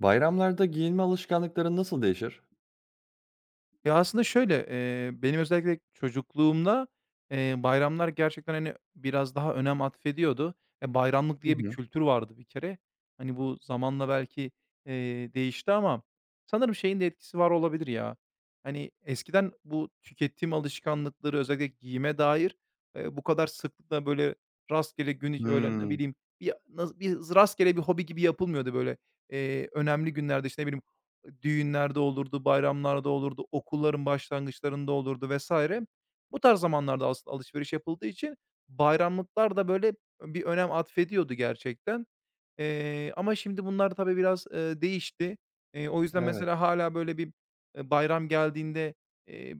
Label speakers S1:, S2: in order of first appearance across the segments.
S1: Bayramlarda giyinme alışkanlıkların nasıl değişir?
S2: Ya, aslında şöyle, benim özellikle çocukluğumda, bayramlar gerçekten, hani, biraz daha önem atfediyordu. E, bayramlık
S1: Hı
S2: diye bir
S1: hı.
S2: kültür vardı bir kere. Hani, bu zamanla belki, değişti ama sanırım şeyin de etkisi var olabilir ya. Hani, eskiden bu tüketim alışkanlıkları özellikle giyime dair, bu kadar sıklıkla, böyle, rastgele gün öyle, ne
S1: Hımm.
S2: bileyim, bir naz bir rastgele bir hobi gibi yapılmıyordu, böyle. Önemli günlerde, işte, ne bileyim düğünlerde olurdu, bayramlarda olurdu, okulların başlangıçlarında olurdu vesaire. Bu tarz zamanlarda aslında alışveriş yapıldığı için bayramlıklar da böyle bir önem atfediyordu gerçekten. Ama şimdi bunlar tabii biraz, değişti. O yüzden
S1: Evet.
S2: mesela hala böyle bir, bayram geldiğinde, eee,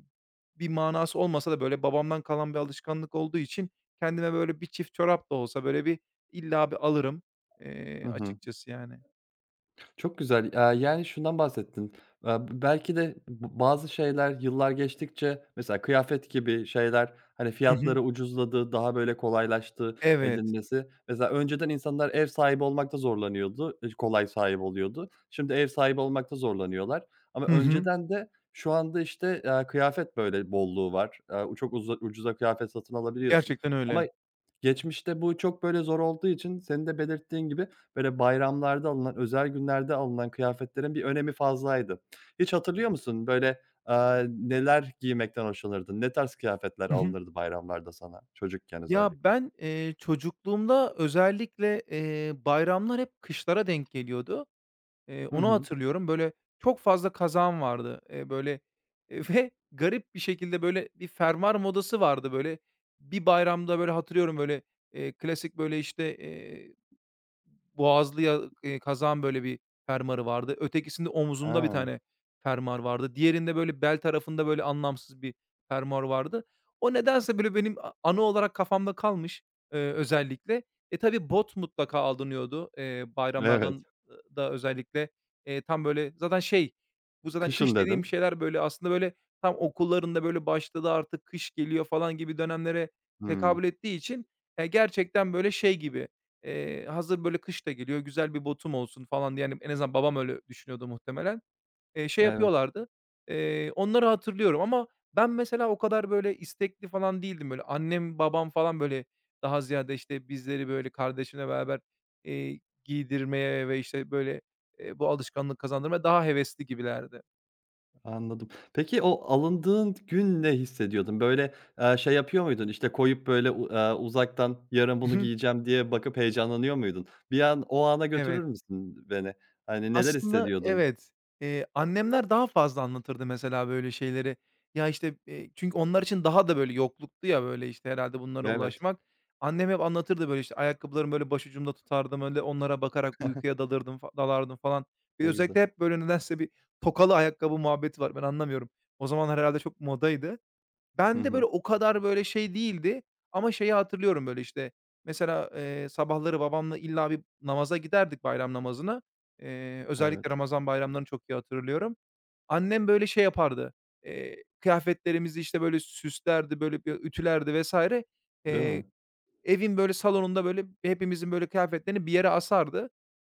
S2: bir manası olmasa da böyle babamdan kalan bir alışkanlık olduğu için kendime böyle bir çift çorap da olsa böyle bir illa bir alırım,
S1: Hı hı.
S2: açıkçası yani.
S1: Çok güzel. Yani, şundan bahsettin. Belki de bazı şeyler yıllar geçtikçe mesela kıyafet gibi şeyler, hani,
S2: Hı hı.
S1: fiyatları ucuzladı, daha böyle kolaylaştı
S2: Evet.
S1: edinmesi. Mesela önceden insanlar ev sahibi olmakta zorlanıyordu, kolay sahibi oluyordu. Şimdi ev sahibi olmakta zorlanıyorlar ama
S2: Hı hı.
S1: önceden de şu anda, işte, kıyafet böyle bolluğu var. Çok ucuza kıyafet satın alabiliyorsun
S2: Gerçekten
S1: ama
S2: öyle.
S1: geçmişte bu çok, böyle, zor olduğu için senin de belirttiğin gibi, böyle, bayramlarda alınan, özel günlerde alınan kıyafetlerin bir önemi fazlaydı. Hiç hatırlıyor musun? Böyle, neler giymekten hoşlanırdın? Ne tarz kıyafetler
S2: Hı hı.
S1: alınırdı bayramlarda sana çocukken
S2: Ya,
S1: özellikle?
S2: ben, çocukluğumda özellikle, bayramlar hep kışlara denk geliyordu.
S1: Hı
S2: Onu
S1: hı.
S2: hatırlıyorum. Böyle, çok fazla kazağım vardı. Eee, ve garip bir şekilde, böyle, bir fermuar modası vardı, böyle. Bir bayramda, böyle, hatırlıyorum, böyle, klasik, böyle, işte, boğazlıya, kazağın böyle bir fermuarı vardı. Ötekisinde omuzumda bir
S1: Ha,
S2: tane fermuar vardı. Diğerinde böyle bel tarafında böyle anlamsız bir fermuar vardı. O nedense böyle benim anı olarak kafamda kalmış, özellikle. E, tabii bot mutlaka alınıyordu,
S1: evet.
S2: bayramlardan da özellikle. Tam böyle zaten şey, bu zaten
S1: Kışın
S2: kış dediğim
S1: dedin.
S2: şeyler böyle aslında böyle tam okullarında böyle başladı artık kış geliyor falan gibi dönemlere
S1: Hımm.
S2: tekabül ettiği için, gerçekten böyle şey gibi, hazır böyle kış da geliyor, güzel bir botum olsun falan diye, hani, en azından babam öyle düşünüyordu muhtemelen. Şey
S1: Evet.
S2: yapıyorlardı, onları hatırlıyorum ama ben mesela o kadar böyle istekli falan değildim. Böyle annem, babam falan böyle daha ziyade, işte, bizleri böyle kardeşimle beraber, giydirmeye ve, işte, böyle, bu alışkanlık kazandırmaya daha hevesli gibilerdi.
S1: Anladım. Peki o alındığın gün ne hissediyordun? Böyle, şey yapıyor muydun, İşte koyup böyle u uzaktan yarın bunu giyeceğim diye bakıp heyecanlanıyor muydun? Bir an o ana götürür
S2: Evet.
S1: müsün beni? Hani neler
S2: Aslında
S1: hissediyordun?
S2: evet. Annemler daha fazla anlatırdı mesela böyle şeyleri. Ya, işte, çünkü onlar için daha da böyle yokluktu ya, böyle, işte, herhâlde bunlara
S1: Evet,
S2: ulaşmak. Annem hep anlatırdı böyle, işte, ayakkabılarımı böyle başucumda tutardım, öyle onlara bakarak uykuya dalırdım dalardım falan. Bir
S1: ne güzel.
S2: özellikle hep böyle nedense bir tokalı ayakkabı muhabbeti var. Ben anlamıyorum. O zamanlar herhâlde çok modaydı.
S1: Hı
S2: Bende
S1: hı.
S2: böyle o kadar böyle şey değildi ama şeyi hatırlıyorum böyle işte mesela, sabahları babamla illa bir namaza giderdik bayram namazına.
S1: Evet,
S2: Özellikle Ramazan bayramlarını çok iyi hatırlıyorum. Annem böyle şey yapardı, kıyafetlerimizi işte böyle süslerdi, böyle bir ütülerdi vs.
S1: değil
S2: Eee,
S1: mi?
S2: Evin böyle salonunda böyle hepimizin böyle kıyafetlerini bir yere asardı.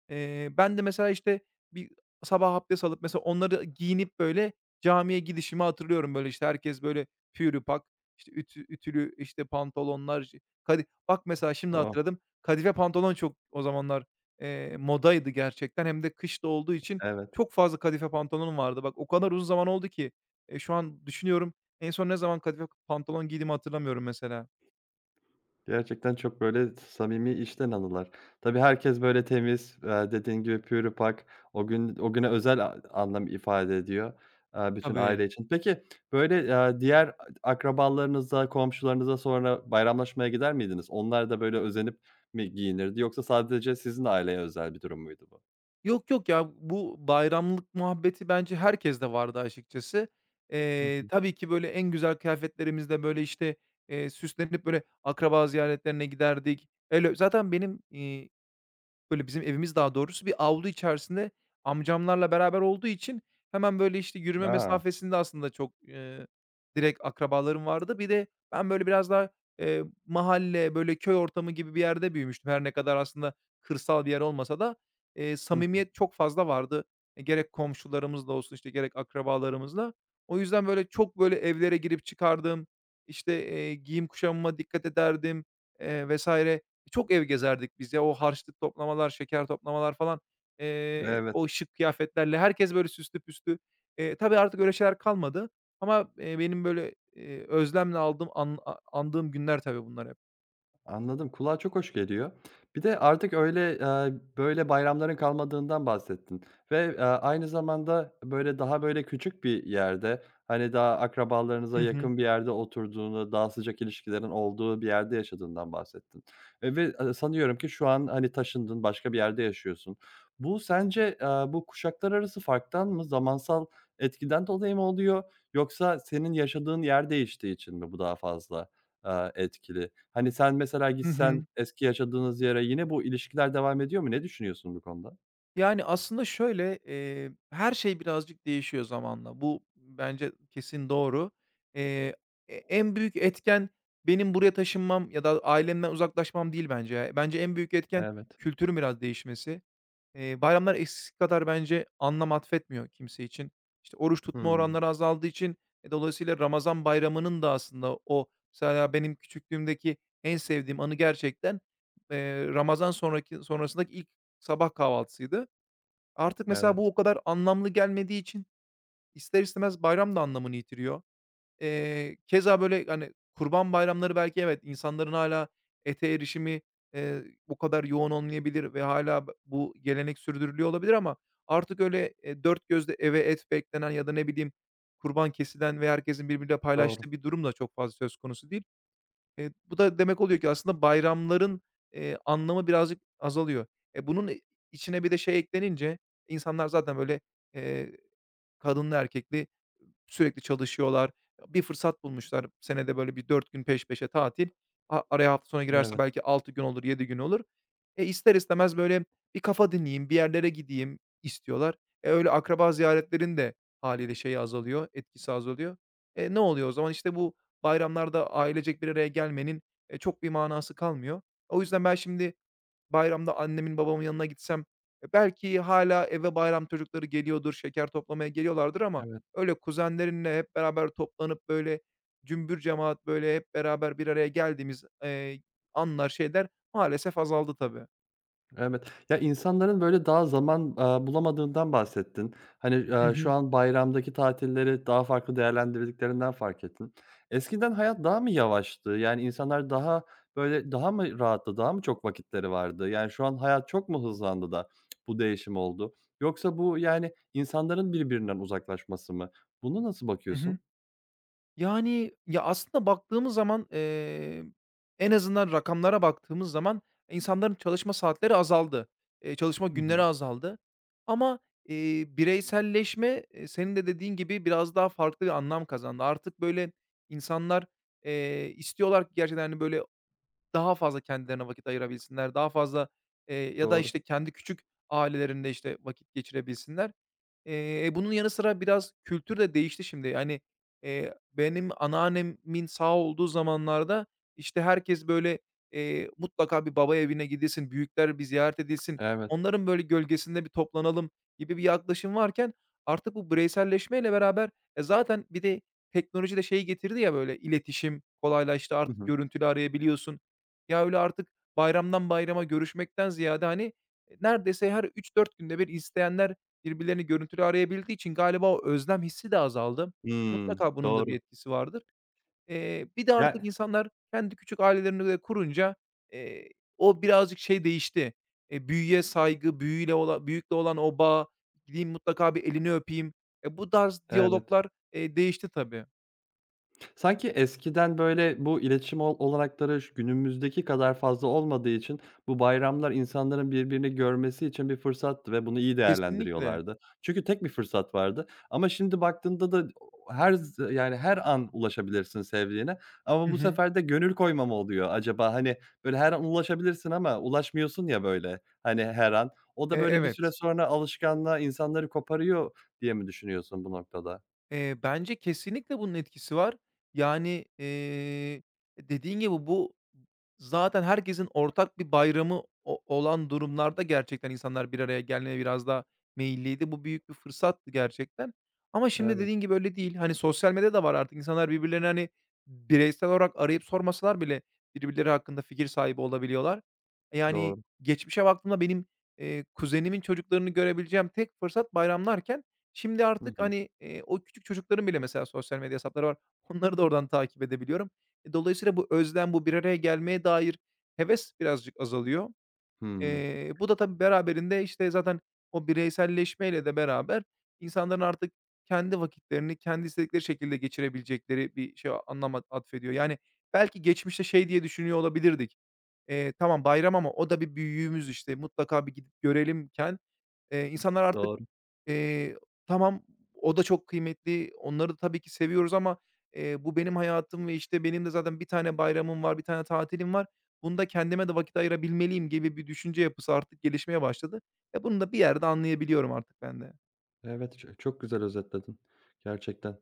S2: Ben de mesela, işte, bir sabah abdest alıp mesela onları giyinip, böyle, camiye gidişimi hatırlıyorum. Böyle, işte, herkes, böyle, pürü pak, işte, ütü ütülü, işte, pantolonlar, j kadi bak mesela şimdi
S1: Oh,
S2: hatırladım, kadife pantolon çok o zamanlar, modaydı gerçekten hem de kışta olduğu için
S1: evet.
S2: çok fazla kadife pantolonum vardı. Bak o kadar uzun zaman oldu ki, şu an düşünüyorum en son ne zaman kadife pantolon giydiğimi hatırlamıyorum mesela.
S1: Gerçekten çok böyle samimi işten anılar. Tabii herkes böyle temiz, dediğin gibi pür pak. O gün o güne özel anlam ifade ediyor, bütün aile
S2: Tabii.
S1: için. Peki, böyle, diğer akrabalarınıza, komşularınıza sonra bayramlaşmaya gider miydiniz? Onlar da böyle özenip mi giyinirdi yoksa sadece sizin aileye özel bir durum muydu bu?
S2: Yok, yok ya, bu bayramlık muhabbeti bence herkeste vardı açıkçası.
S1: Hı hı.
S2: Tabii ki böyle en güzel kıyafetlerimizle, böyle, işte, süslenip, böyle, akraba ziyaretlerine giderdik. Öyle zaten benim, böyle, bizim evimiz daha doğrusu bir avlu içerisinde amcamlarla beraber olduğu için hemen, böyle, işte, yürüme
S1: A!
S2: mesafesinde aslında çok, direkt akrabalarım vardı. Bir de ben, böyle, biraz daha, mahalle, böyle, köy ortamı gibi bir yerde büyümüştüm. Her ne kadar aslında kırsal bir yer olmasa da,
S1: Hı hı.
S2: samimiyet çok fazla vardı. E, gerek komşularımızla olsun, işte, gerek akrabalarımızla. O yüzden, böyle, çok, böyle, evlere girip çıkardım. İşte, giyim kuşamıma dikkat ederdim, vs. Çok ev gezerdik biz ya. O harçlık toplamalar, şeker toplamalar falan,
S1: Evet.
S2: o şık kıyafetlerle herkes böyle süslü püslü. Tabii artık öyle şeyler kalmadı ama, benim böyle, özlemle aldığım an a andığım günler tabii bunlar hep.
S1: Anladım, kulağa çok hoş geliyor. Bir de artık öyle, böyle bayramların kalmadığından bahsettin ve, aynı zamanda, böyle, daha, böyle, küçük bir yerde, hani, daha akrabalarınıza
S2: Hı hı.
S1: yakın bir yerde oturduğunu, daha sıcak ilişkilerin olduğu bir yerde yaşadığından bahsettin, ve, sanıyorum ki şu an, hani, taşındın, başka bir yerde yaşıyorsun. Bu sence, bu kuşaklar arası farktan mı, zamansal etkiden dolayı mı oluyor yoksa senin yaşadığın yer değiştiği için mi bu daha fazla, etkili? Hani, sen mesela
S2: Hı
S1: gitsen
S2: hı.
S1: eski yaşadığınız yere yine bu ilişkiler devam ediyor mu? Ne düşünüyorsun bu konuda?
S2: Yani, aslında şöyle, her şey birazcık değişiyor zamanla. Bu bence kesin doğru. Eee, en büyük etken benim buraya taşınmam ya da ailemden uzaklaşmam değil bence ya. Bence en büyük etken
S1: Evet.
S2: kültürün biraz değişmesi. Bayramlar eskisi kadar bence anlam atfetmiyor kimse için. İşte, oruç tutma
S1: Hımm.
S2: oranları azaldığı için, e, dolayısıyla Ramazan bayramının da aslında o mesela benim küçüklüğümdeki en sevdiğim anı gerçekten, Ramazan sonrasındaki ilk sabah kahvaltısıydı. Artık mesela bu
S1: Evet.
S2: o kadar anlamlı gelmediği için ister istemez bayram da anlamını yitiriyor. Keza böyle, hani, kurban bayramları belki evet, insanların hala ete erişimi, bu kadar yoğun olmayabilir ve hala bu gelenek sürdürülüyor olabilir ama artık öyle, dört gözle eve et beklenen ya da ne bileyim kurban kesilen ve herkesin birbiriyle
S1: Doğru.
S2: paylaştığı bir durum da çok fazla söz konusu değil. Bu da demek oluyor ki aslında bayramların, anlamı birazcık azalıyor. E, bunun, içine bir de şey eklenince insanlar zaten böyle, eee, kadınlı erkekli sürekli çalışıyorlar. Bir fırsat bulmuşlar. Senede böyle bir 4 gün peş peşe tatil. Araya hafta sonu girerse
S1: Evet,
S2: belki 6 gün olur, 7 gün olur. E, ister istemez böyle bir kafa dinleyeyim, bir yerlere gideyim istiyorlar. E, öyle akraba ziyaretlerin de haliyle şeyi azalıyor, etkisi azalıyor. E, ne oluyor o zaman? İşte bu bayramlarda ailecek bir araya gelmenin, çok bir manası kalmıyor. O yüzden ben şimdi bayramda annemin, babamın yanına gitsem, e, belki hala eve bayram çocukları geliyordur, şeker toplamaya geliyorlardır ama
S1: evet.
S2: öyle kuzenlerinle hep beraber toplanıp, böyle, cümbür cemaat, böyle, hep beraber bir araya geldiğimiz, anlar, şeyler maalesef azaldı tabii.
S1: Evet. Ya, insanların, böyle, daha zaman, bulamadığından bahsettin. Hani,
S2: Hı
S1: şu
S2: hı.
S1: an bayramdaki tatilleri daha farklı değerlendirdiklerinden fark ettin. Eskiden hayat daha mı yavaştı? Yani, insanlar daha, böyle, daha mı rahattı, daha mı çok vakitleri vardı? Yani, şu an hayat çok mu hızlandı da bu değişim oldu? Yoksa bu, yani, insanların birbirinden uzaklaşması mı? Bunu nasıl
S2: Hı hı.
S1: bakıyorsun?
S2: Yani, ya, aslında baktığımız zaman, en azından rakamlara baktığımız zaman insanların çalışma saatleri azaldı. Çalışma
S1: Hı
S2: günleri
S1: hı.
S2: azaldı ama, bireyselleşme, senin de dediğin gibi biraz daha farklı bir anlam kazandı. Artık, böyle, insanlar, istiyorlar ki gerçekten, hani, böyle, daha fazla kendilerine vakit ayırabilsinler, daha fazla, ya da,
S1: Doğru.
S2: işte, kendi küçük ailelerinde, işte, vakit geçirebilsinler. Bunun yanı sıra biraz kültür de değişti şimdi. Yani, benim anneannemin sağ olduğu zamanlarda, işte, herkes, böyle, mutlaka bir baba evine gidilsin, büyükler bir ziyaret edilsin,
S1: Evet.
S2: onların, böyle, gölgesinde bir toplanalım gibi bir yaklaşım varken artık bu bireyselleşmeyle beraber, e, zaten bir de teknoloji de şeyi getirdi ya, böyle, iletişim kolaylaştı.
S1: Hı
S2: Artık
S1: hı.
S2: görüntülü arayabiliyorsun. Ya, öyle artık bayramdan bayrama görüşmekten ziyade, hani, e, neredeyse her 3-4 günde bir isteyenler birbirlerini görüntülü arayabildiği için galiba o özlem hissi de azaldı.
S1: Hımm.
S2: Mutlaka bunun da bir
S1: Doğru.
S2: etkisi vardır. Bir de artık
S1: Ya,
S2: insanlar kendi küçük ailelerini de kurunca, eee, o birazcık şey değişti. Büyüye saygı, büyüyle olan büyükle olan o bağ, gideyim mutlaka bir elini öpeyim, e, bu tarz
S1: evet.
S2: diyaloglar, değişti tabii.
S1: Sanki eskiden, böyle, bu iletişim olanakları şu günümüzdeki kadar fazla olmadığı için bu bayramlar insanların birbirini görmesi için bir fırsattı ve bunu iyi
S2: Kesinlikle.
S1: değerlendiriyorlardı. Çünkü tek bir fırsat vardı ama şimdi baktığında da her z yani, her an ulaşabilirsin sevdiğine ama
S2: Hı
S1: bu
S2: hı.
S1: sefer de gönül koymam oluyor acaba? Hani, böyle, her an ulaşabilirsin ama ulaşmıyorsun ya, böyle, hani, her an. O
S2: E,
S1: da, böyle, bir süre
S2: evet.
S1: sonra alışkanlığa insanları koparıyor diye mi düşünüyorsun bu noktada?
S2: Bence kesinlikle bunun etkisi var. Yani, dediğin gibi bu zaten herkesin ortak bir bayramı o olan durumlarda gerçekten insanlar bir araya gelmeye biraz daha meyilliydi. Bu büyük bir fırsattı gerçekten. Ama şimdi
S1: Evet,
S2: dediğin gibi öyle değil. Hani, sosyal medya da var artık. İnsanlar birbirlerini, hani, bireysel olarak arayıp sormasalar bile birbirleri hakkında fikir sahibi olabiliyorlar. Yani
S1: doğru.
S2: geçmişe baktığımda benim, kuzenimin çocuklarını görebileceğim tek fırsat bayramlarken şimdi
S1: Hı
S2: artık,
S1: hı.
S2: hani, o küçük çocukların bile mesela sosyal medya hesapları var. Onları da oradan takip edebiliyorum. E, dolayısıyla bu özlem, bu bir araya gelmeye dair heves birazcık azalıyor.
S1: Hıı.
S2: Bu da tabii beraberinde, işte, zaten o bireyselleşmeyle de beraber insanların artık kendi vakitlerini kendi istedikleri şekilde geçirebilecekleri bir şey anlam atfediyor. Yani, belki geçmişte şey diye düşünüyor olabilirdik. Tamam bayram ama o da bir büyüğümüz, işte, mutlaka bir gidip görelimken, insanlar artık
S1: Doğru.
S2: Eee, tamam, o da çok kıymetli. Onları da tabii ki seviyoruz ama, bu benim hayatım ve, işte, benim de zaten bir tane bayramım var, bir tane tatilim var. Bunda kendime de vakit ayırabilmeliyim gibi bir düşünce yapısı artık gelişmeye başladı. E, bunu da bir yerde anlayabiliyorum artık ben de.
S1: Evet, çok güzel özetledin gerçekten.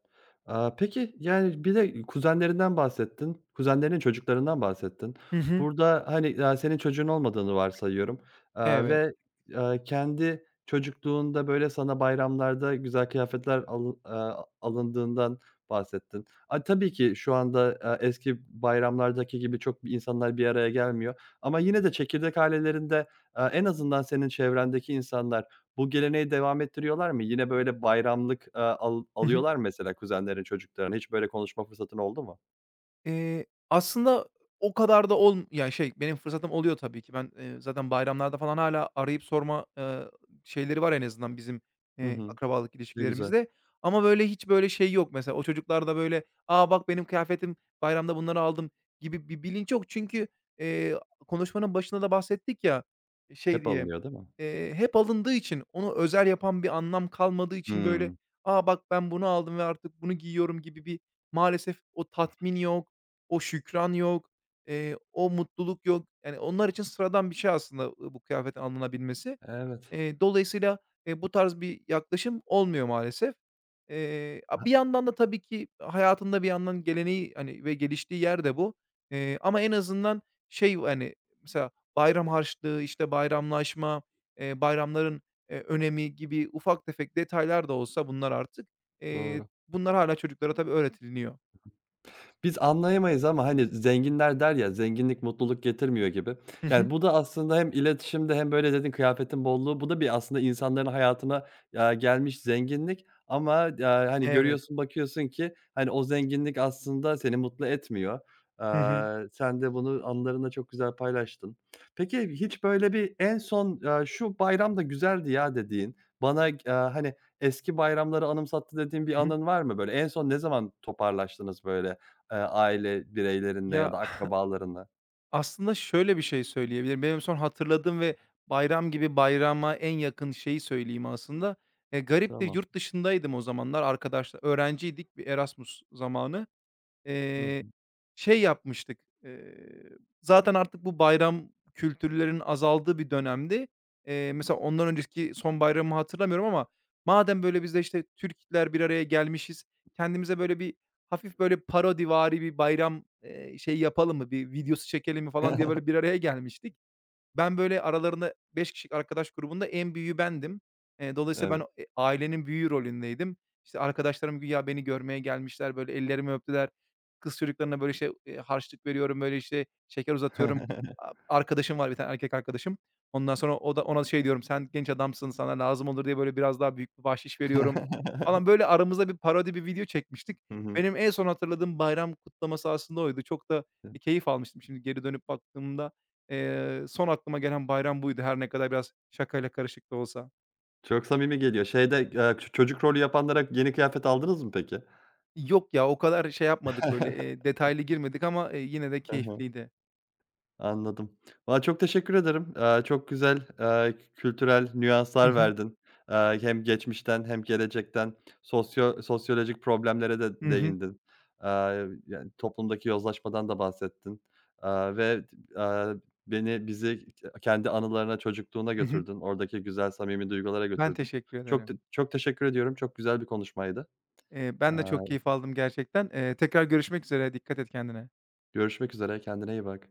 S1: Peki, yani, bir de kuzenlerinden bahsettin, kuzenlerinin çocuklarından bahsettin.
S2: Hı hı.
S1: Burada, hani, senin çocuğun olmadığını varsayıyorum,
S2: Evet.
S1: ve, kendi çocukluğunda, böyle, sana bayramlarda güzel kıyafetler alındığından bahsettin. A, tabii ki şu anda, eski bayramlardaki gibi çok insanlar bir araya gelmiyor ama yine de çekirdek ailelerinde, en azından senin çevrendeki insanlar bu geleneği devam ettiriyorlar mı? Yine böyle bayramlık, alıyorlar mı mesela kuzenlerin çocuklarını? Hiç böyle konuşma fırsatın oldu mu?
S2: Aslında o kadar da yani şey, benim fırsatım oluyor tabii ki. Ben, zaten bayramlarda falan hâlâ arayıp sorma, şeyleri var en azından bizim,
S1: Hı hı.
S2: akrabalık
S1: Ne güzel.
S2: ilişkilerimizde. Ama böyle hiç böyle şey yok mesela. O çocuklarda böyle, "A, bak benim kıyafetim, bayramda bunları aldım." gibi bir bilinç yok. Çünkü, eee, konuşmanın başında da bahsettik ya, şey
S1: Hep
S2: diye,
S1: alınıyor değil mi?
S2: hep alındığı için, onu özel yapan bir anlam kalmadığı için böyle,
S1: Hımm.
S2: "A, bak ben bunu aldım ve artık bunu giyiyorum." gibi bir maalesef o tatmin yok. O şükran yok, o mutluluk yok. Yani, onlar için sıradan bir şey aslında, bu kıyafetin alınabilmesi.
S1: Evet,
S2: Dolayısıyla, bu tarz bir yaklaşım olmuyor maalesef. A Bir yandan da tabii ki hayatında bir yandan geleneği, hani, ve geliştiği yer de bu. Ama en azından şey, hani, mesela bayram harçlığı, işte, bayramlaşma, bayramların, önemi gibi ufak tefek detaylar da olsa bunlar artık, eee,
S1: doğru.
S2: bunlar hâlâ çocuklara tabii öğretiliyor.
S1: Biz anlayamayız ama, hani, zenginler der ya, "Zenginlik mutluluk getirmiyor." gibi.
S2: Hı hı.
S1: Yani, bu da aslında hem iletişimde hem böyle dedin kıyafetin bolluğu, bu da bir aslında insanların hayatına, gelmiş zenginlik ama, ya, hani,
S2: Evet.
S1: görüyorsun, bakıyorsun ki, hani, o zenginlik aslında seni mutlu etmiyor.
S2: Hı hı.
S1: Sen de bunu anılarınla çok güzel paylaştın. Peki, hiç böyle bir en son, "Şu bayram da güzeldi ya." dediğin, bana, hani, eski bayramları anımsattı dediğin bir
S2: Hı hı.
S1: anın var mı böyle? En son ne zaman toparlaştınız böyle? Aile bireylerinde ya
S2: Ya,
S1: da akrabalarında.
S2: aslında şöyle bir şey söyleyebilirim. Benim son hatırladığım ve bayram gibi bayrama en yakın şeyi söyleyeyim aslında. Gariptir,
S1: Tamam.
S2: yurt dışındaydım o zamanlar arkadaşlar öğrenciydik, bir Erasmus zamanı.
S1: Hı hı.
S2: Eee, Şey yapmıştık, zaten artık bu bayram kültürlerinin azaldığı bir dönemdi. Mesela ondan önceki son bayramı hatırlamıyorum ama madem böyle biz de işte Türkler bir araya gelmişiz, kendimize böyle bir hafif böyle parodivari bir bayram, şeyi yapalım mı, bir videosu çekelim mi falan diye böyle bir araya gelmiştik. Ben, böyle, aralarında 5 kişilik arkadaş grubunda en büyüğü bendim. Dolayısıyla
S1: Evet.
S2: ben, ailenin büyüğü rolündeydim. İşte, arkadaşlarım güya beni görmeye gelmişler, böyle, ellerimi öptüler. Kız çocuklarına, böyle, şey, harçlık veriyorum, böyle, işte, şeker uzatıyorum. Arkadaşım var, bir tane erkek arkadaşım. Ondan sonra o da ona şey diyorum, "Sen genç adamsın, sana lazım olur." diye, böyle, biraz daha büyük bir bahşiş veriyorum falan. Böyle, aramızda bir parodi bir video çekmiştik.
S1: Hı hı.
S2: Benim en son hatırladığım bayram kutlaması aslında oydu. Çok da, e, keyif almıştım şimdi geri dönüp baktığımda. Son aklıma gelen bayram buydu her ne kadar biraz şakayla karışık da olsa.
S1: Çok samimi geliyor. Şeyde, çocuk rolü yapanlara yeni kıyafet aldınız mı peki?
S2: Yok ya, o kadar şey yapmadık, böyle, detaylı girmedik ama, yine de
S1: Hı hı.
S2: keyifliydi.
S1: Anladım. Valla çok teşekkür ederim. Çok güzel, kültürel
S2: Hı
S1: nüanslar
S2: hı.
S1: verdin. Hem geçmişten hem gelecekten sosyolojik problemlere de
S2: Hı hı.
S1: değindin. Eee, yani toplumdaki yozlaşmadan da bahsettin, ve, eee, beni, bizi kendi anılarına, çocukluğuna
S2: Hı hı.
S1: götürdün. Oradaki güzel, samimi duygulara
S2: Ben
S1: götürdün.
S2: teşekkür
S1: Çok
S2: ederim.
S1: çok teşekkür ediyorum. Çok güzel bir konuşmaydı. Eee,
S2: Ben de çok keyif aldım gerçekten. Tekrar görüşmek üzere. Dikkat et kendine.
S1: görüşmek üzere. Kendine iyi bak.